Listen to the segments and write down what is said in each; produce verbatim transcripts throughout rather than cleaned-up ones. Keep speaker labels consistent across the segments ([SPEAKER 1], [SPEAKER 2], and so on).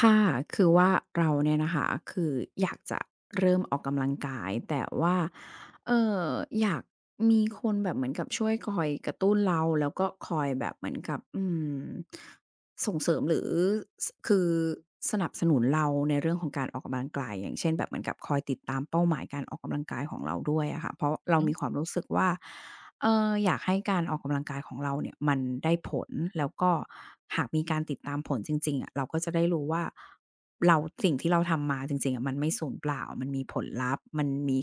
[SPEAKER 1] ค่ะคือว่าเราเนี่ยนะคะคืออยากจะเริ่มออกกำลังกายแต่ว่าเอ่ออยากมีคนแบบเหมือนกับช่วยคอยกระตุ้นเราแล้วก็คอยแบบเหมือนกับอืม ส่งเสริมหรือสคือสนับสนุนเราในเรื่องของการออกกำลังกายอย่างเช่นแบบเหมือนกับคอยติดตามเป้าหมายการออกกำลังกายของเราด้วยอะค่ะเพราะเรา
[SPEAKER 2] อื
[SPEAKER 1] มีความ
[SPEAKER 2] ม
[SPEAKER 1] รู้สึกว่าเอ่ออยากให้การออกกำลังกายของเราเนี่ยมันได้ผลแล้วก็หากมีการติดตามผลจริงๆอะเราก็จะได้รู้ว่าเราสิ่งที่เราทำมาจริงๆอะมันไม่สูญเปล่ามันมีผลลัพธ์มันมี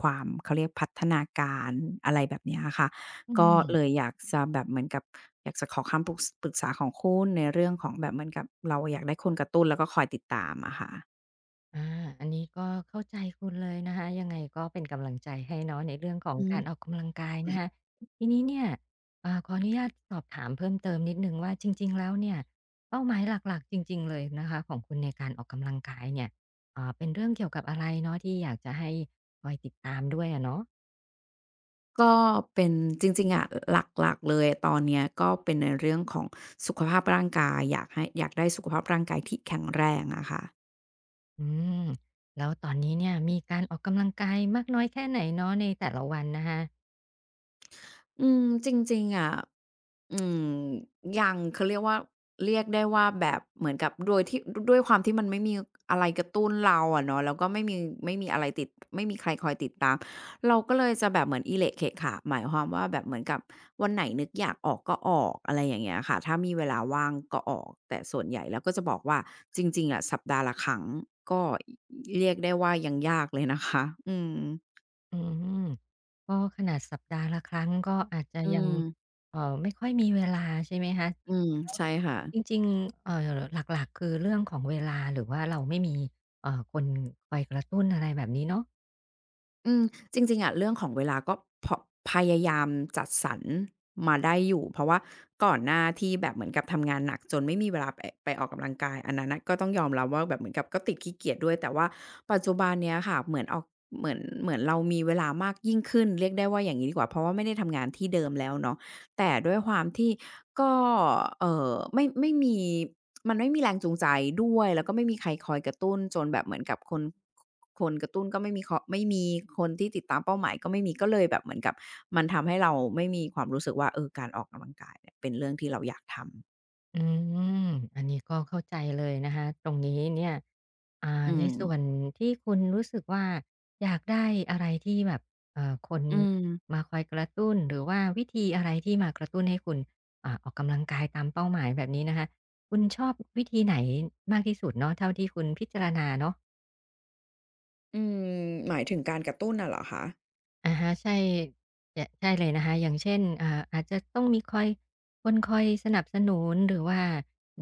[SPEAKER 1] ความเขาเรียกพัฒนาการอะไรแบบเนี้ยอะค่ะ
[SPEAKER 2] อื
[SPEAKER 1] ก็
[SPEAKER 2] ม
[SPEAKER 1] เลยอยากจะแบบเหมือนกับอยากจะขอคำปรึกปรึกษาของคุณในเรื่องของแบบเหมือนกับเราอยากได้คนกระตุ้นแล้วก็คอยติดตามอะค่ะ
[SPEAKER 2] อาอันนี้ก็เข้าใจคุณเลยนะคะยังไงก็เป็นกำลังใจให้เนาะในเรื่องของ
[SPEAKER 1] อื
[SPEAKER 2] การอ
[SPEAKER 1] ม
[SPEAKER 2] อกกำลังกายนะคะทีนี้เนี่ยอ่าขออนุญาตสอบถามเพิ่มเติมนิดหนึ่งว่าจริงๆแล้วเนี่ยเป้าหมายหลักๆจริงๆเลยนะคะของคุณในการออกกำลังกายเนี่ยอ่าเป็นเรื่องเกี่ยวกับอะไรเนาะที่อยากจะให้คอยติดตามด้วยอะเนาะ
[SPEAKER 1] ก็เป็นจริงๆอะหลักๆเลยตอนเนี้ยก็เป็นในเรื่องของสุขภาพร่างกายอยากให้อยากได้สุขภาพร่างกายที่แข็งแรงอะค่ะ
[SPEAKER 2] อืมแล้วตอนนี้เนี่ยมีการออกกำลังกายมากน้อยแค่ไหนเนาะในแต่ละวันนะคะ
[SPEAKER 1] อืมจริงๆอะอืมยังเขาเรียกว่าเรียกได้ว่าแบบเหมือนกับโดยที่ดด้วยความที่มันไม่มีอะไรกระตุ้นเราอะเนาะแล้วก็ไม่มีไม่มีอะไรติดไม่มีใครคอยติดตามเราก็เลยจะแบบเหมือนอิเหละเขะขะหมายความว่าแบบเหมือนกับวันไหนนึกอยากออกก็ออกอะไรอย่างเงี้ยค่ะถ้ามีเวลาว่างก็ออกแต่ส่วนใหญ่แล้วก็จะบอกว่าจริงๆอะสัปดาห์ละครั้งก็เรียกได้ว่ายังยากเลยนะคะอืม
[SPEAKER 2] อืมก็ขนาดสัปดาห์ละครั้งก็อาจจะ
[SPEAKER 1] อื
[SPEAKER 2] ยัง
[SPEAKER 1] ม
[SPEAKER 2] เอ่อไม่ค่อยมีเวลาใช่ไหมคะจ
[SPEAKER 1] อื
[SPEAKER 2] ริง
[SPEAKER 1] ม
[SPEAKER 2] แล้ว
[SPEAKER 1] ใช่ค่ะ
[SPEAKER 2] จริงๆเอ่อหลักๆคือเรื่องของเวลาหรือว่าเราไม่มีเอ่อคนคอยกระตุ้นอะไรแบบนี้เนาะ
[SPEAKER 1] อืมจริงๆอะเรื่องของเวลาก็พพยายามจัดสรรมาได้อยู่เพราะว่าก่อนหน้าที่แบบเหมือนกับทำงานหนักจนไม่มีเวลาไปไปออกกำลังกายอันนั้นน่ะก็ต้องยอมรับว่าแบบเหมือนกับก็ติดขี้เกียจด้วยแต่ว่าปัจจุบันเนี้ยค่ะเหมือนออกเหมือนเหมือนเรามีเวลามากยิ่งขึ้นเรียกได้ว่าอย่างงี้ดีกว่าเพราะว่าไม่ได้ทำงานที่เดิมแล้วเนาะ แต่ด้วยความที่ก็เอ่อไม่ไม่มีมันไม่มีแรงจูงใจด้วยแล้วก็ไม่มีใครคอยกระตุ้นจนแบบเหมือนกับคนคนกระตุ้นก็ไม่มีคไม่มีคนที่ติดตามเป้าหมายก็ไม่มีก็เลยแบบเหมือนกับมันทำให้เราไม่มีความรู้สึกว่าเออการออกกำลังกายเนี่ยเป็นเรื่องที่เราอยากทำ
[SPEAKER 2] อืมอันนี้ก็เข้าใจเลยนะคะตรงนี้เนี่ยอ่า
[SPEAKER 1] อื
[SPEAKER 2] ใน
[SPEAKER 1] ม
[SPEAKER 2] ส่วนที่คุณรู้สึกว่าอยากได้อะไรที่แบบเอ่อคน
[SPEAKER 1] อืม
[SPEAKER 2] มาคอยกระตุ้นหรือว่าวิธีอะไรที่มากระตุ้นให้คุณอ่าออกกำลังกายตามเป้าหมายแบบนี้นะคะคุณชอบวิธีไหนมากที่สุดเนาะเท่าที่คุณพิจารณาเนาะ
[SPEAKER 1] อืมหมายถึงการกระตุ้นน่ะเหรอคะ
[SPEAKER 2] อะฮะใช่จะใช่เลยนะคะอย่างเช่นอ่าอาจจะต้องมีคอยคนคอยสนับสนุนหรือว่า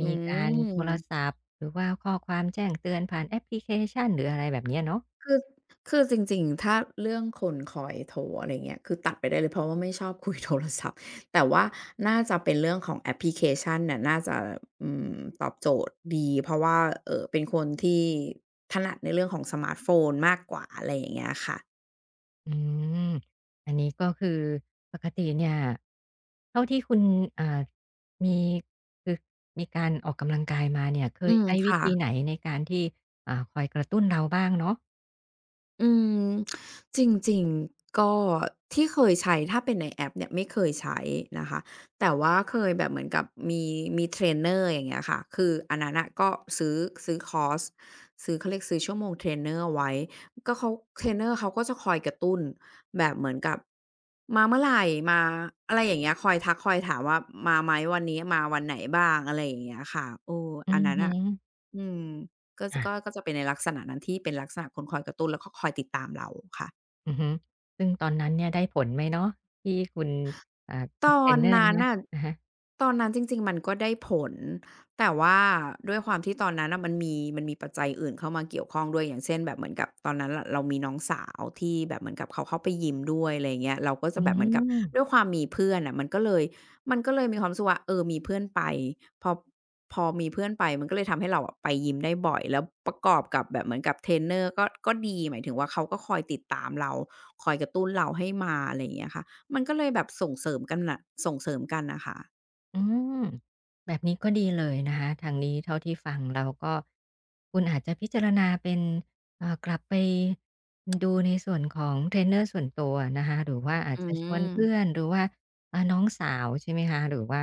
[SPEAKER 1] อื
[SPEAKER 2] มีการโทร
[SPEAKER 1] ม
[SPEAKER 2] ศัพท์หรือว่าข้อความแจ้งเตือนผ่านแอปพลิเคชันหรืออะไรแบบเนี้ยเนาะ
[SPEAKER 1] คือคือจริงๆ ถ้าเรื่องคนคอยโทรอะไรเงี้ยคือตัดไปได้เลยเพราะว่าไม่ชอบคุยโทรศัพท์ แต่ว่าน่าจะเป็นเรื่องของแอปพลิเคชันน่ะน่าจะอืมตอบโจทย์ดีเพราะว่าเอ่อเป็นคนที่ถนัดในเรื่องของสมาร์ตโฟนมากกว่าอะไรอย่างเงี้ยค่ะ
[SPEAKER 2] อืมอันนี้ก็คือปกติเนี่ยเท่าที่คุณอ่ามีคือมีการออกกำลังกายมาเนี่ยเค
[SPEAKER 1] อื
[SPEAKER 2] ย
[SPEAKER 1] ม
[SPEAKER 2] ใช้วิ
[SPEAKER 1] ค่ะ
[SPEAKER 2] ธีไหนในการที่อ่าคอยกระตุ้นเราบ้างเนาะ
[SPEAKER 1] อืมจริงๆก็ที่เคยใช้ถ้าเป็นในแอปเนี่ยไม่เคยใช้นะคะแต่ว่าเคยแบบเหมือนกับมีมีเทรนเนอร์อย่างเงี้ยค่ะคืออันนั้นน่ะก็ซื้อซื้อคอร์สซื้อเขาเรียกซื้อชั่วโมงเทรนเนอร์ไว้ก็เขาเทรนเนอร์เขาก็จะคอยกระตุ้นแบบเหมือนกับมาเมื่อไรมาอะไรอย่างเงี้ยคอยทักคอยถามว่ามาไหมวันนี้มาวันไหนบ้างอะไรอย่างเงี้ยค่ะเออ
[SPEAKER 2] อื
[SPEAKER 1] อัน
[SPEAKER 2] อ
[SPEAKER 1] นั้น
[SPEAKER 2] ฮึ
[SPEAKER 1] น่ะอืม ก็จะก็ก็จะเป็นในลักษณะนั้นที่เป็นลักษณะคนคอยกระตุ้นแล้วก็คอยติดตามเราค่ะ
[SPEAKER 2] อือฮึซึ่งตอนนั้นเนี่ยได้ผลไหมเนาะที่คุณอ่า
[SPEAKER 1] ตอ
[SPEAKER 2] เทร
[SPEAKER 1] น
[SPEAKER 2] นเนอร์
[SPEAKER 1] นั้น
[SPEAKER 2] เนี่ย
[SPEAKER 1] น่ะ
[SPEAKER 2] อะฮะ
[SPEAKER 1] ตอนนั้นจริงๆมันก็ได้ผลแต่ว่าด้วยความที่ตอนนั้นน่ะมันมีมันมีปัจจัยอื่นเข้ามาเกี่ยวข้องด้วยอย่างเช่นแบบเหมือนกับตอนนั้นน่ะเรามีน้องสาวที่แบบเหมือนกับเขาเข้าไปยิมด้วยอะไรอย่างเงี้ยเราก็จะ
[SPEAKER 2] อื
[SPEAKER 1] แบบเหมือนกับ
[SPEAKER 2] ม
[SPEAKER 1] ด้วยความมีเพื่อนน่ะมันก็เลยมันก็เลยมีความรู้สึกว่าเออมีเพื่อนไปพอพอมีเพื่อนไปมันก็เลยทำให้เราอะไปยิมได้บ่อยแล้วประกอบกับแบบเหมือนกับเทรนเนอร์ก็ก็ดีหมายถึงว่าเขาก็คอยติดตามเราคอยกระตุ้นเราให้มาอะไรอย่างเงี้ยค่ะ มันก็เลยแบบส่งเสริมกันน่ะส่งเสริมกันน่ะค่ะ
[SPEAKER 2] อืมแบบนี้ก็ดีเลยนะคะทางนี้เท่าที่ฟังเราก็คุณอาจจะพิจารณาเป็นเอ่อกลับไปดูในส่วนของเทรนเนอร์ส่วนตัวนะคะหรือว่าอาจ
[SPEAKER 1] อื
[SPEAKER 2] จะชวนเพื่อ
[SPEAKER 1] ม
[SPEAKER 2] นหรือว่าเอ่อน้องสาวใช่ไหมคะหรือว่า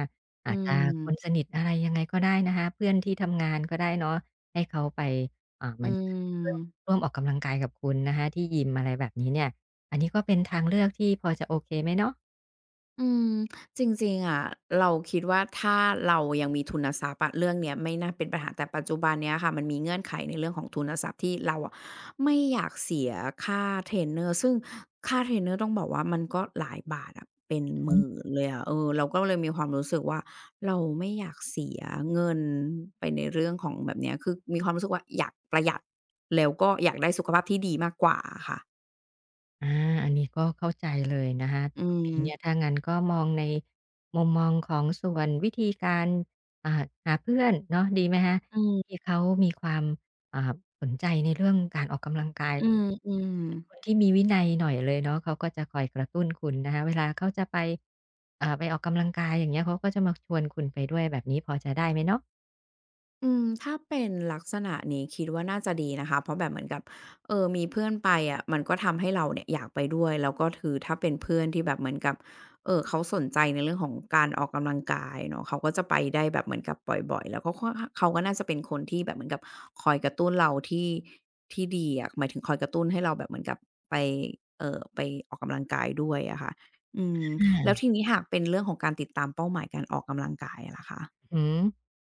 [SPEAKER 1] อื
[SPEAKER 2] อาจจะคนส
[SPEAKER 1] ม
[SPEAKER 2] นิทอะไรยังไงก็ได้นะคะเพื่อนที่ทำงานก็ได้เนาะให้เขาไปเอ่
[SPEAKER 1] อื
[SPEAKER 2] เมือนร่วม
[SPEAKER 1] ม
[SPEAKER 2] ร่วมออกกำลังกายกับคุณนะคะที่ยิมอะไรแบบนี้เนี่ยอันนี้ก็เป็นทางเลือกที่พอจะโอเคไหมเนาะ
[SPEAKER 1] อืมจริงๆอะเราคิดว่าถ้าเรายังมีทุนทรัพย์อะเรื่องเนี้ยไม่น่าเป็นปัญหาแต่ปัจจุบันเนี้ยค่ะมันมีเงื่อนไขในเรื่องของทุนทรัพย์ที่เราอะไม่อยากเสียค่าเทรนเนอร์ซึ่งค่าเทรนเนอร์ต้องบอกว่ามันก็หลายบาทอะเป็นหมื่นเลยอะเออเราก็เลยมีความรู้สึกว่าเราไม่อยากเสียเงินไปในเรื่องของแบบเนี้ยคือมีความรู้สึกว่าอยากประหยัดแล้วก็อยากได้สุขภาพที่ดีมากกว่าอะค่ะ
[SPEAKER 2] อาอันนี้ก็เข้าใจเลยนะคะ
[SPEAKER 1] อื
[SPEAKER 2] ตรง
[SPEAKER 1] ม
[SPEAKER 2] นี้เนี่ยถ้างั้นก็มองในมุมมองของส่วนวิธีการอ่าหาเพื่อนเนาะดีไหมคะ
[SPEAKER 1] อืม
[SPEAKER 2] ที่เขามีความอ่าสนใจในเรื่องการออกกำลังกาย
[SPEAKER 1] อืม
[SPEAKER 2] เป็นคน
[SPEAKER 1] ๆ
[SPEAKER 2] ที่มีวินัยหน่อยเลยเนาะเขาก็จะคอยกระตุ้นคุณนะคะเวลาเขาจะไปอ่าไปออกกำลังกายอย่างเงี้ยเขาก็จะมาชวนคุณไปด้วยแบบนี้พอจะได้ไหมเนาะ
[SPEAKER 1] อืมถ้าเป็นลักษณะนี้คิดว่าน่าจะดีนะคะเพราะแบบเหมือนกับเออมีเพื่อนไปอะมันก็ทำให้เราเนี่ยอยากไปด้วยแล้วก็คือถ้าเป็นเพื่อนที่แบบเหมือนกับเอ่อเขาสนใจในเรื่องของการออกกำลังกายเนาะเขาก็จะไปได้แบบเหมือนกับบ่อยๆแล้วก็ค่อนข้างเขาก็น่าจะเป็นคนที่แบบเหมือนกับคอยกระตุ้นเราที่ที่ดีอะหมายถึงคอยกระตุ้นให้เราแบบเหมือนกับไปเอ่อไปออกกำลังกายด้วยอะค่ะอืม
[SPEAKER 2] อ
[SPEAKER 1] แล้ว
[SPEAKER 2] า
[SPEAKER 1] ทีนี้หากเป็นเรื่องของการติดตามเป้าหมายการออกกำลังกายอะล่ะคะ
[SPEAKER 2] อืม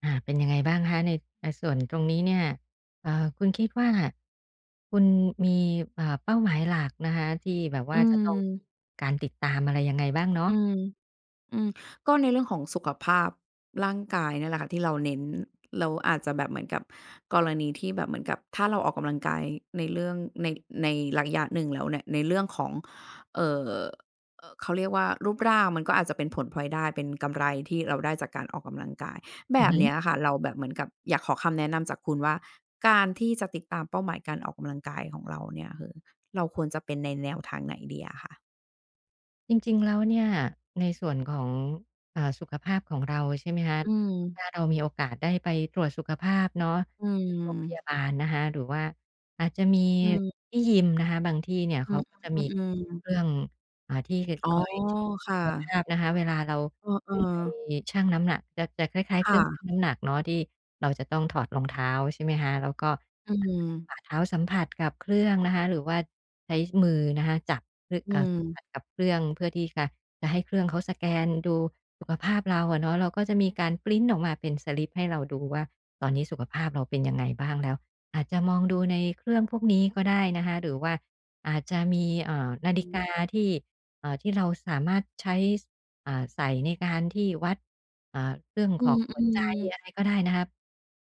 [SPEAKER 2] อ่าเป็นยังไงบ้างคะในในส่วนตรงนี้เนี่ยเอ่อคุณคิดว่าคุณมีอ่าเป้าหมายหลักนะคะที่แบบ
[SPEAKER 1] อื
[SPEAKER 2] ว่าจะต้องมี
[SPEAKER 1] ม
[SPEAKER 2] การติดตามอะไรยังไงบ้างเนาะ
[SPEAKER 1] อืม อืมก็ในเรื่องของสุขภาพร่างกายเนี่ยแหละค่ะที่เราเน้นเราอาจจะแบบเหมือนกับกรณีที่แบบเหมือนกับถ้าเราออกกำลังกายในเรื่องในในระยะหนึ่งแล้วเนี่ยในเรื่องของเอ่อเอ่อเขาเรียกว่ารูปร่างมันก็อาจจะเป็นผลพลอยได้เป็นกำไรที่เราได้จากการออกกำลังกายแบ
[SPEAKER 2] อือ
[SPEAKER 1] บ
[SPEAKER 2] ฮึ
[SPEAKER 1] เนี้ยค่ะเราแบบเหมือนกับอยากขอคำแนะนำจากคุณว่าการที่จะติดตามเป้าหมายการออกกำลังกายของเราเนี่ยคือเราควรจะเป็นในแนวทางไหนดีอะคะ
[SPEAKER 2] จริงๆแล้วเนี่ยในส่วนของอ่าสุขภาพของเราใช่ไหมคะ
[SPEAKER 1] อืม
[SPEAKER 2] ถ้าเรามีโอกาสได้ไปตรวจสุขภาพเนาะ
[SPEAKER 1] อื
[SPEAKER 2] ที่โรงพยา
[SPEAKER 1] ม
[SPEAKER 2] บาลนะคะหรือว่าอาจจะมี
[SPEAKER 1] อืม
[SPEAKER 2] ที่ยิมนะคะบางที่เนี่ย
[SPEAKER 1] อื
[SPEAKER 2] เขา
[SPEAKER 1] ม
[SPEAKER 2] ก็จะมี
[SPEAKER 1] อื
[SPEAKER 2] เค
[SPEAKER 1] ม
[SPEAKER 2] รื่องอ่าที่
[SPEAKER 1] ๆอ๋อ
[SPEAKER 2] คอยเช็กสุ
[SPEAKER 1] ค่ะ
[SPEAKER 2] ขภาพนะคะเวลาเรา
[SPEAKER 1] เออ
[SPEAKER 2] ขึ้นไป
[SPEAKER 1] ๆ
[SPEAKER 2] ชั่งน้ำหนักจะจะคล้ายๆเค
[SPEAKER 1] ค่ะ
[SPEAKER 2] รื่องชั่งน้ำหนักเนาะที่เราจะต้องถอดรองเท้าใช่ไหมคะแล้วก็
[SPEAKER 1] อื
[SPEAKER 2] อ่าให้ฝ่า
[SPEAKER 1] ม
[SPEAKER 2] เท้าสัมผัสกับเครื่องนะคะหรือว่าใช้มือนะคะจับร
[SPEAKER 1] อื
[SPEAKER 2] อ่าสัมผัส
[SPEAKER 1] ม
[SPEAKER 2] กับเครื่องเพื่อที่จะจะให้เครื่องเขาสแกนดูสุขภาพเราอะเนาะเราก็จะมีการพรินต์ออกมาเป็นสลิปให้เราดูว่าตอนนี้สุขภาพเราเป็นยังไงบ้างแล้วอาจจะมองดูในเครื่องพวกนี้ก็ได้นะคะหรือว่าอาจจะมีเอ่อนาฬิกาที่เอ่อที่เราสามารถใช้ อ่าใส่ในการที่วัดอ่าเรื่อง
[SPEAKER 1] อื
[SPEAKER 2] ของ
[SPEAKER 1] ม
[SPEAKER 2] หัวใจอะไรก็
[SPEAKER 1] ๆ
[SPEAKER 2] ได้นะครับ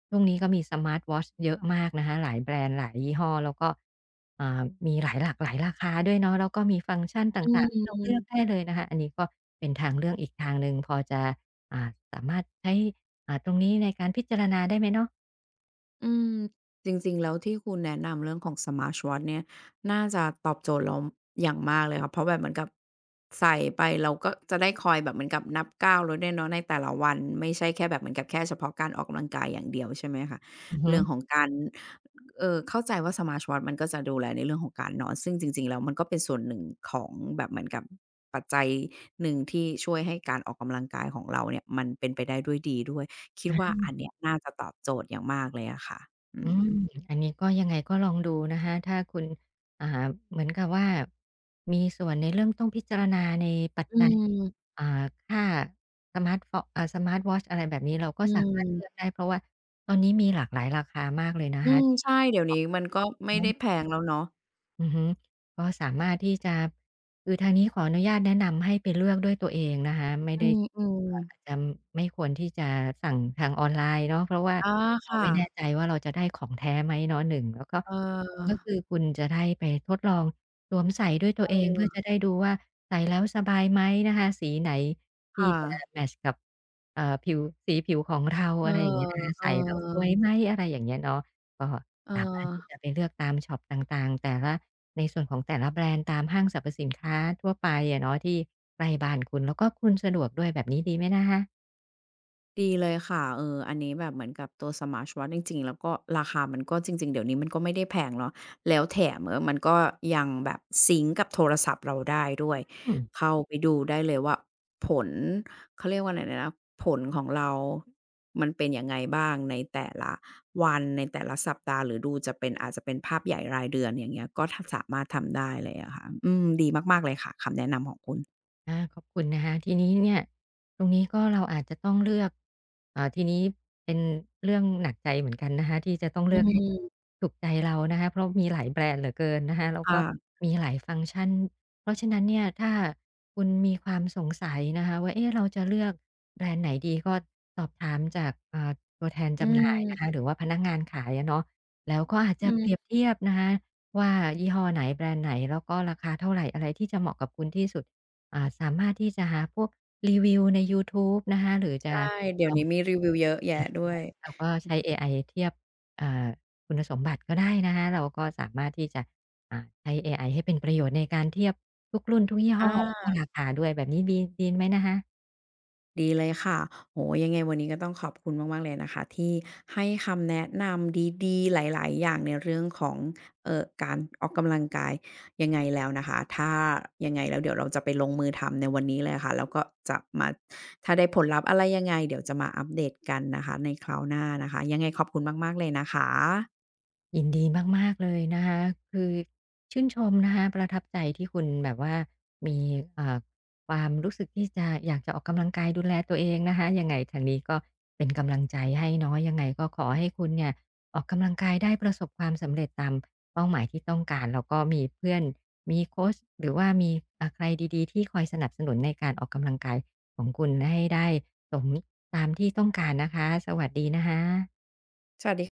[SPEAKER 2] ช่วงนี้ก็มี Smart Watch เยอะมากนะคะหลายแบรนด์หลายยี่ห้อแล้วก็อ่ามีหลายหลากหลายราคาด้วยเนาะแล้วก็มีฟังก์ชัน
[SPEAKER 1] อื
[SPEAKER 2] ต่างๆให้เราเลือก
[SPEAKER 1] ม
[SPEAKER 2] ได้เลยนะคะอันนี้ก็เป็นทางเลือกอีกทางหนึ่งพอจะอ่าสามารถใช้อ่าตรงนี้ในการพิจารณาได้ไหมเนาะ
[SPEAKER 1] อืมจริงๆแล้วที่คุณแนะนำเรื่องของ Smartwatch เนี่ยน่าจะตอบโจทย์เราอย่างมากเลยค่ะเพราะแบบเหมือนกับใส่ไปเราก็จะได้คอยแบบเหมือนกับนับก้าวเราด้วยเนาะในแต่ละวันไม่ใช่แค่แบบเหมือนกับแค่เฉพาะการออกกำลังกายอย่างเดียวใช่ไหมคะ
[SPEAKER 2] อือฮึ
[SPEAKER 1] เรื่องของการเอ่อเข้าใจว่า Smartwatch มันก็จะดูแลในเรื่องของการนอนซึ่งจริงๆแล้วมันก็เป็นส่วนหนึ่งของแบบเหมือนกับปัจจัยหนึ่งที่ช่วยให้การออกกำลังกายของเราเนี่ยมันเป็นไปได้ด้วยดีด้วย คิดว่าอันเนี้ยน่าจะตอบโจทย์อย่างมากเลยอะค่ะอื
[SPEAKER 2] อืม
[SPEAKER 1] ม
[SPEAKER 2] อันนี้ก็ยังไงก็ลองดูนะคะถ้าคุณอ่าเหมือนกับว่ามีส่วนในเรื่องต้องพิจารณาในปัจ
[SPEAKER 1] อื
[SPEAKER 2] จัย
[SPEAKER 1] ม
[SPEAKER 2] อ่าค่าสมาร์ตฟออ่าสมาร์ตวอตช์อะไรแบบนี้เราก็
[SPEAKER 1] อื
[SPEAKER 2] สามารถเลือก
[SPEAKER 1] ม
[SPEAKER 2] ได้เพราะว่าตอนนี้มีหลากหลายราคามากเลยนะ
[SPEAKER 1] อื
[SPEAKER 2] คะ
[SPEAKER 1] ม
[SPEAKER 2] ที่
[SPEAKER 1] ใช่เดี๋ยวนี้มันก็ไม่ได้แพ งแล้วเนาะ
[SPEAKER 2] อือฮึก็สามารถที่จะคือทางนี้ขออนุญาตแนะนำให้ไปเลือกด้วยตัวเองนะคะไม่
[SPEAKER 1] อื
[SPEAKER 2] ได้
[SPEAKER 1] มอืม
[SPEAKER 2] อ่าอาจจะไม่ควรที่จะสั่งทางออนไลน์เนาะเพราะว่า
[SPEAKER 1] อา
[SPEAKER 2] เรา
[SPEAKER 1] ค่ะ
[SPEAKER 2] ไม่แน่ใจว่าเราจะได้ของแท้ไหมเนาะหนึ่งแล้วก็
[SPEAKER 1] เ
[SPEAKER 2] สองก็
[SPEAKER 1] ออ
[SPEAKER 2] คือคุณจะได้ไปทดลองสวมใส่ด้วยตัวเอง
[SPEAKER 1] เออ
[SPEAKER 2] เพื่อจะได้ดูว่าใส่แล้วสบายไหมนะคะสีไหนที่
[SPEAKER 1] ค่ะ
[SPEAKER 2] จะแมทช์กับเอ่อผิวสีผิวของเรา
[SPEAKER 1] เออ
[SPEAKER 2] อะไรอย่างเงี้ยนะคะ
[SPEAKER 1] เอ
[SPEAKER 2] ใส่แล้วสว
[SPEAKER 1] อ
[SPEAKER 2] ยไหมอะไรอย่างเงี้ยเนาะก็
[SPEAKER 1] เออ
[SPEAKER 2] สามารถที่จะไปเลือกตามช็อปต่างๆแต่ละ ในส่วนของแต่ละแบรนด์ตามห้างสรรพสินค้าทั่วไปอะเนาะที่ใกล้บ้านคุณแล้วก็คุณสะดวกด้วยแบบนี้ดีไหมนะคะ
[SPEAKER 1] ดีเลยค่ะเอออันนี้แบบเหมือนกับตัว Smartwatch จริงๆแล้วก็ราคามันก็จริงๆเดี๋ยวนี้มันก็ไม่ได้แพงเนาะแล้วแถมเออมันก็ยังแบบซิงก์กับโทรศัพท์เราได้ด้วย
[SPEAKER 2] อืม
[SPEAKER 1] เข้าไปดูได้เลยว่าผลเขาเรียกว่าไรนะผลของเรามันเป็นยังไงบ้างในแต่ละวันในแต่ละสัปดาห์หรือดูจะเป็นอาจจะเป็นภาพใหญ่รายเดือนอย่างเงี้ยก็ทำสามารถทำได้เลยอะค่ะอืมดีมากๆเลยค่ะคำแนะนำของคุณ
[SPEAKER 2] อาขอบคุณนะคะทีนี้เนี่ยตรงนี้ก็เราอาจจะต้องเลือกอ่าทีนี้เป็นเรื่องหนักใจเหมือนกันนะคะที่จะต้อง
[SPEAKER 1] อื
[SPEAKER 2] เลือกให้ถูก
[SPEAKER 1] ม
[SPEAKER 2] ถูกใจเรานะคะเพราะมีหลายแบรนด์เหลือเกินนะคะแล้วก็
[SPEAKER 1] ค่ะ
[SPEAKER 2] มีหลายฟังก์ชันเพราะฉะนั้นเนี่ยถ้าคุณมีความสงสัยนะคะว่าเอ๊ะเราจะเลือกแบรนด์ไหนดีก็สอบถามจากอ่าตัวแทน
[SPEAKER 1] อื
[SPEAKER 2] จำหน่ายนะคะ
[SPEAKER 1] ม
[SPEAKER 2] หรือว่าพนักงานขายอะเนาะแล้วก็อาจ
[SPEAKER 1] อื
[SPEAKER 2] จะ
[SPEAKER 1] ม
[SPEAKER 2] เปรียบเทียบนะคะว่ายี่ห้อไหนแบรนด์ไหนแล้วก็ราคาเท่าไรอะไรที่จะเหมาะกับคุณที่สุด อ่าสามารถที่จะหาพวกรีวิวในยูทูบนะคะหรือจะ
[SPEAKER 1] ใช่ เดี๋
[SPEAKER 2] ล
[SPEAKER 1] ยว
[SPEAKER 2] อง
[SPEAKER 1] นี้มีรีวิวเยอะแยะด้วย
[SPEAKER 2] เราก็ใช้เอไอเทียบอ่าคุณสมบัติก็ได้นะคะเราก็สามารถที่จะอ่าใช้เอไอให้เป็นประโยชน์ในการเทียบทุกรุ่นทุกยี่ห้อแล้วก็
[SPEAKER 1] อา
[SPEAKER 2] ราคาด้วยแบบนี้ดีดีไหมนะคะ
[SPEAKER 1] ดีเลยค่ะโอ้โฮยังไงวันนี้ก็ต้องขอบคุณมากๆเลยนะคะที่ให้คำแนะนำดีๆหลายๆอย่างในเรื่องของเอ่อการออกกำลังกายยังไงแล้วนะคะ ถ้ายังไงแล้วเดี๋ยวเราจะไปลงมือทำในวันนี้เลยค่ะแล้วก็จะมาถ้าได้ผลลัพธ์อะไรยังไงเดี๋ยวจะมาอัปเดตกันนะคะในคราวหน้านะคะ ยังไงขอบคุณมากๆเลยนะคะ
[SPEAKER 2] ยินดีมากๆเลยนะคะคือชื่นชมนะคะประทับใจที่คุณแบบว่ามีอ่าความรู้สึกที่จะอยากจะออกกำลังกายดูแลตัวเองนะคะยังไงทางนี้ก็เป็นกำลังใจให้เนาะยังไงก็ขอให้คุณเนี่ยออกกำลังกายได้ประสบความสำเร็จตามเป้าหมายที่ต้องการแล้วก็มีเพื่อนมีโคชหรือว่ามีอ่าใครดีๆที่คอยสนับสนุนในการออกกำลังกายของคุณให้ได้สมตามที่ต้องการนะคะสวัสดีนะคะ
[SPEAKER 1] สวัสดี